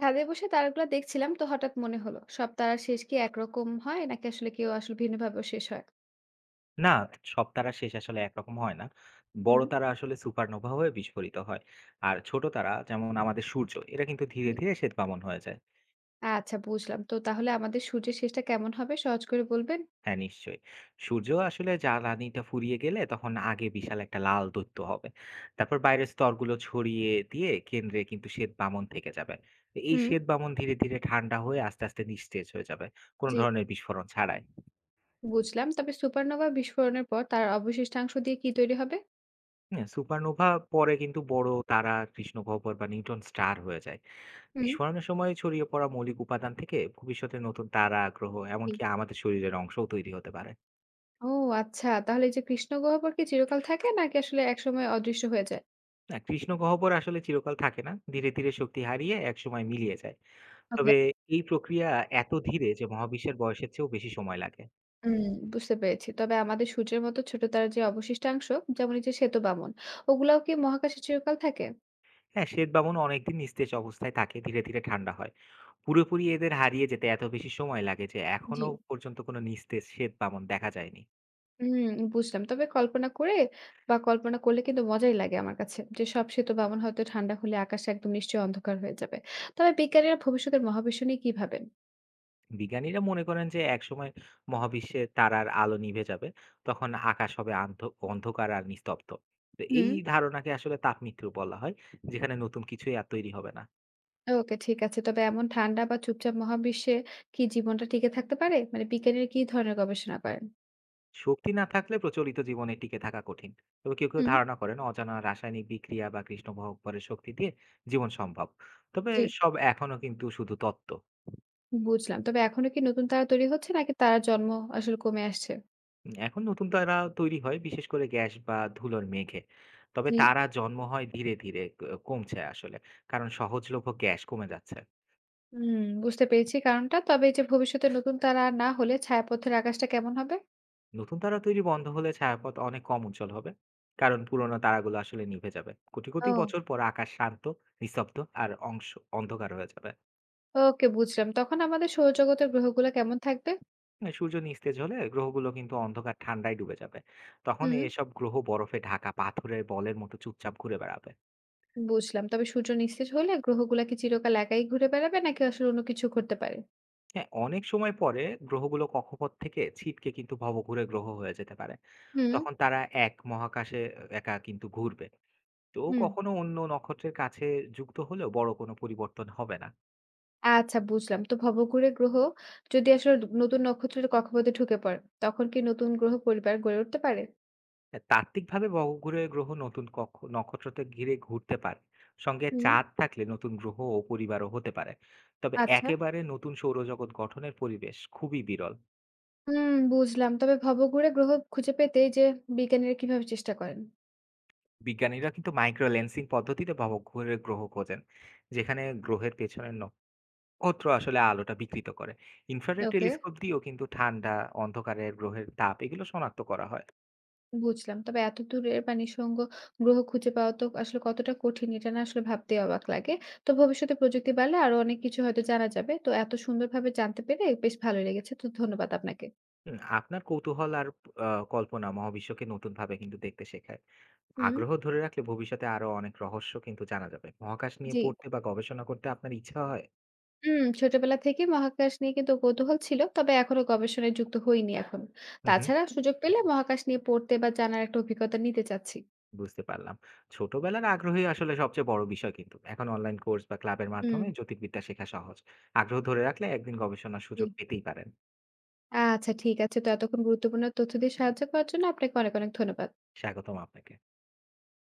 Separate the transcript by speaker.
Speaker 1: ছাদে বসে তারাগুলো দেখছিলাম, তো হঠাৎ মনে হলো সব তারার শেষ কি একরকম হয় নাকি আসলে কেউ ভিন্নভাবেও শেষ হয়?
Speaker 2: না, সব তারা শেষ আসলে একরকম হয় না। বড়
Speaker 1: হুম।
Speaker 2: তারা আসলে সুপারনোভা হয়ে বিস্ফোরিত হয়। আর ছোট তারা যেমন আমাদের সূর্য, এরা কিন্তু ধীরে,
Speaker 1: জি।
Speaker 2: ধীরে শ্বেতবামন হয়ে যায়।
Speaker 1: আচ্ছা বুঝলাম, তো তাহলে আমাদের সূর্যের শেষটা কেমন হবে সহজ করে বলবেন?
Speaker 2: হ্যাঁ, নিশ্চয়ই। সূর্য আসলে জ্বালানিটা ফুরিয়ে গেলে তখন আগে বিশাল একটা লাল দৈত্য হবে। তারপর বাইরের স্তরগুলো ছড়িয়ে দিয়ে কেন্দ্রে কিন্তু শ্বেতবামন থেকে যাবে। তো এই
Speaker 1: হুম।
Speaker 2: শ্বেতবামন ধীরে, ধীরে ঠান্ডা হয়ে আস্তে, আস্তে নিস্তেজ হয়ে যাবে। কোন
Speaker 1: জি।
Speaker 2: ধরনের বিস্ফোরণ ছাড়াই।
Speaker 1: বুঝলাম, তবে সুপারনোভা বিস্ফোরণের পর তার অবশিষ্টাংশ দিয়ে কি তৈরি হবে?
Speaker 2: হ্যাঁ, সুপারনোভা পরে কিন্তু বড় তারা কৃষ্ণগহ্বর বা নিউট্রন স্টার হয়ে যায়।
Speaker 1: হুম।
Speaker 2: বিস্ফোরণের সময় ছড়িয়ে পড়া মৌলিক উপাদান থেকে ভবিষ্যতে নতুন তারা, গ্রহ
Speaker 1: জি।
Speaker 2: এমনকি আমাদের শরীরের অংশও তৈরি হতে পারে।
Speaker 1: ও। আচ্ছা, তাহলে এই যে কৃষ্ণ গহ্বর কি চিরকাল থাকে নাকি আসলে একসময় অদৃশ্য হয়ে যায়?
Speaker 2: না, কৃষ্ণগহ্বর আসলে চিরকাল থাকে না। ধীরে, ধীরে শক্তি হারিয়ে একসময় মিলিয়ে যায়।
Speaker 1: ওকে।
Speaker 2: তবে এই প্রক্রিয়া এত ধীরে যে মহাবিশ্বের বয়সের চেয়েও বেশি সময় লাগে।
Speaker 1: হুম। বুঝতে পেরেছি, তবে আমাদের সূর্যের মতো ছোট তারার যে অবশিষ্টাংশ, যেমন এই যে শ্বেত বামন, ওগুলাও কি মহাকাশে চিরকাল থাকে?
Speaker 2: হ্যাঁ, শ্বেত বামনও অনেকদিন নিস্তেজ অবস্থায় থাকে, ধীরে, ধীরে ঠান্ডা হয়। পুরোপুরি এদের হারিয়ে যেতে এত বেশি সময় লাগে যে
Speaker 1: জি।
Speaker 2: এখনো পর্যন্ত কোনো নিস্তেজ শ্বেত বামন দেখা যায়নি।
Speaker 1: হুম, বুঝলাম। তবে কল্পনা করে বা কল্পনা করলে কিন্তু মজাই লাগে আমার কাছে। যে সব সেতু বাঁধন হয়তো ঠান্ডা হলে আকাশ একদম নিশ্চয়ই অন্ধকার হয়ে যাবে। তবে বিজ্ঞানীরা ভবিষ্যতের মহাবিশ্ব নিয়ে কি ভাবেন?
Speaker 2: বিজ্ঞানীরা মনে করেন যে একসময় মহাবিশ্বে তারার আলো নিভে যাবে। তখন আকাশ হবে অন্ধকার আর নিস্তব্ধ। তো এই
Speaker 1: হুম।
Speaker 2: ধারণাকে আসলে তাপমৃত্যু বলা হয়, যেখানে নতুন কিছুই আর তৈরি হবে না।
Speaker 1: ওকে, ঠিক আছে। তবে এমন ঠান্ডা বা চুপচাপ মহাবিশ্বে কি জীবনটা টিকে থাকতে পারে? মানে বিজ্ঞানীরা কি ধরনের গবেষণা করেন?
Speaker 2: শক্তি না থাকলে প্রচলিত জীবনে টিকে থাকা কঠিন। তবে কেউ কেউ
Speaker 1: হুম।
Speaker 2: ধারণা করেন অজানা রাসায়নিক বিক্রিয়া বা কৃষ্ণ গহ্বরের শক্তি দিয়ে জীবন সম্ভব। তবে
Speaker 1: জি।
Speaker 2: সব এখনো কিন্তু শুধু তত্ত্ব।
Speaker 1: বুঝলাম। তবে এখনো কি নতুন তারা তৈরি হচ্ছে নাকি তারার জন্ম আসলে কমে আসছে?
Speaker 2: এখন নতুন তারা তৈরি হয় বিশেষ করে গ্যাস বা ধুলোর মেঘে। তবে
Speaker 1: জি।
Speaker 2: তারা জন্ম হয় ধীরে, ধীরে কমছে আসলে। কারণ সহজলভ্য গ্যাস কমে যাচ্ছে।
Speaker 1: হুম, বুঝতে পেরেছি কারণটা। তবে এই যে ভবিষ্যতে নতুন তারা না হলে ছায়াপথের আকাশটা কেমন হবে?
Speaker 2: নতুন তারা তৈরি বন্ধ হলে ছায়াপথ অনেক কম উজ্জ্বল হবে। কারণ পুরোনো তারাগুলো আসলে নিভে যাবে। কোটি, কোটি
Speaker 1: ও।
Speaker 2: বছর পর আকাশ শান্ত, নিস্তব্ধ আর অন্ধকার হয়ে যাবে।
Speaker 1: ওকে, বুঝলাম। তখন আমাদের সৌরজগতের গ্রহগুলো কেমন থাকবে?
Speaker 2: এ সূর্য নিস্তেজ হলে গ্রহগুলো কিন্তু অন্ধকার ঠান্ডায় ডুবে যাবে। তখন
Speaker 1: হুম।
Speaker 2: এসব গ্রহ বরফে ঢাকা পাথরের বলের মতো চুপচাপ ঘুরে বেড়াবে।
Speaker 1: বুঝলাম। তবে সূর্য নিস্তেজ হলে গ্রহগুলা কি চিরকাল একাই ঘুরে বেড়াবে নাকি আসলে অন্য কিছু ঘটতে পারে?
Speaker 2: হ্যাঁ, অনেক সময় পরে গ্রহগুলো কক্ষপথ থেকে ছিটকে কিন্তু ভবঘুরে গ্রহ হয়ে যেতে পারে।
Speaker 1: হুম।
Speaker 2: তখন তারা এক মহাকাশে একা কিন্তু ঘুরবে। তো
Speaker 1: হুম।
Speaker 2: কখনো অন্য নক্ষত্রের কাছে যুক্ত হলেও বড় কোনো পরিবর্তন হবে না।
Speaker 1: আচ্ছা বুঝলাম। তো ভবঘুরে গ্রহ যদি আসলে নতুন নক্ষত্রের কক্ষপথে ঢুকে পড়ে, তখন কি নতুন গ্রহ পরিবার গড়ে উঠতে পারে?
Speaker 2: তাত্ত্বিকভাবে ভবঘুরে গ্রহ নতুন নক্ষত্রকে ঘিরে ঘুরতে পারে। সঙ্গে
Speaker 1: হুম।
Speaker 2: চাঁদ থাকলে নতুন গ্রহ ও পরিবারও হতে পারে। তবে
Speaker 1: আচ্ছা।
Speaker 2: একেবারে নতুন সৌরজগৎ গঠনের পরিবেশ খুবই বিরল।
Speaker 1: হুম, বুঝলাম। তবে ভবঘুরে গ্রহ খুঁজে পেতে এই যে বিজ্ঞানীরা কিভাবে চেষ্টা করেন?
Speaker 2: বিজ্ঞানীরা কিন্তু মাইক্রো লেন্সিং পদ্ধতিতে ভবঘুরে গ্রহ খোঁজেন। যেখানে গ্রহের পেছনের অত্র আসলে আলোটা বিকৃত করে। ইনফ্রারেড
Speaker 1: ওকে।
Speaker 2: টেলিস্কোপ দিয়েও কিন্তু ঠান্ডা, অন্ধকারের গ্রহের তাপ এগুলো শনাক্ত করা হয়।
Speaker 1: বুঝলাম। তবে এত দূরের বা নিঃসঙ্গ গ্রহ খুঁজে পাওয়া তো আসলে কতটা কঠিন, এটা না আসলে ভাবতেই অবাক লাগে। তো ভবিষ্যতে প্রযুক্তি বাড়লে আরো অনেক কিছু হয়তো জানা যাবে। তো এত সুন্দরভাবে জানতে পেরে বেশ ভালো লেগেছে। তো ধন্যবাদ আপনাকে।
Speaker 2: হুম, আপনার কৌতূহল আর আ কল্পনা মহাবিশ্বকে নতুনভাবে কিন্তু দেখতে শেখায়।
Speaker 1: হুম।
Speaker 2: আগ্রহ ধরে রাখলে ভবিষ্যতে আরো অনেক রহস্য কিন্তু জানা যাবে। মহাকাশ নিয়ে
Speaker 1: জি।
Speaker 2: পড়তে বা গবেষণা করতে আপনার ইচ্ছা হয়?
Speaker 1: হুম, ছোটবেলা থেকেই মহাকাশ নিয়ে কিন্তু কৌতূহল ছিল। তবে এখনো গবেষণায় যুক্ত হইনি এখন।
Speaker 2: হুম, হুম,
Speaker 1: তাছাড়া সুযোগ পেলে মহাকাশ নিয়ে পড়তে বা জানার একটা অভিজ্ঞতা নিতে চাচ্ছি।
Speaker 2: বুঝতে পারলাম। ছোটবেলার আগ্রহই আসলে সবচেয়ে বড় বিষয় কিন্তু। এখন অনলাইন কোর্স বা ক্লাবের মাধ্যমে
Speaker 1: হুম।
Speaker 2: জ্যোতির্বিদ্যা শেখা সহজ। আগ্রহ ধরে রাখলে একদিন গবেষণার
Speaker 1: জি।
Speaker 2: সুযোগ পেতেই পারেন।
Speaker 1: আচ্ছা, ঠিক আছে। তো এতক্ষণ গুরুত্বপূর্ণ তথ্য দিয়ে সাহায্য করার জন্য আপনাকে অনেক, অনেক ধন্যবাদ।
Speaker 2: স্বাগতম আপনাকে।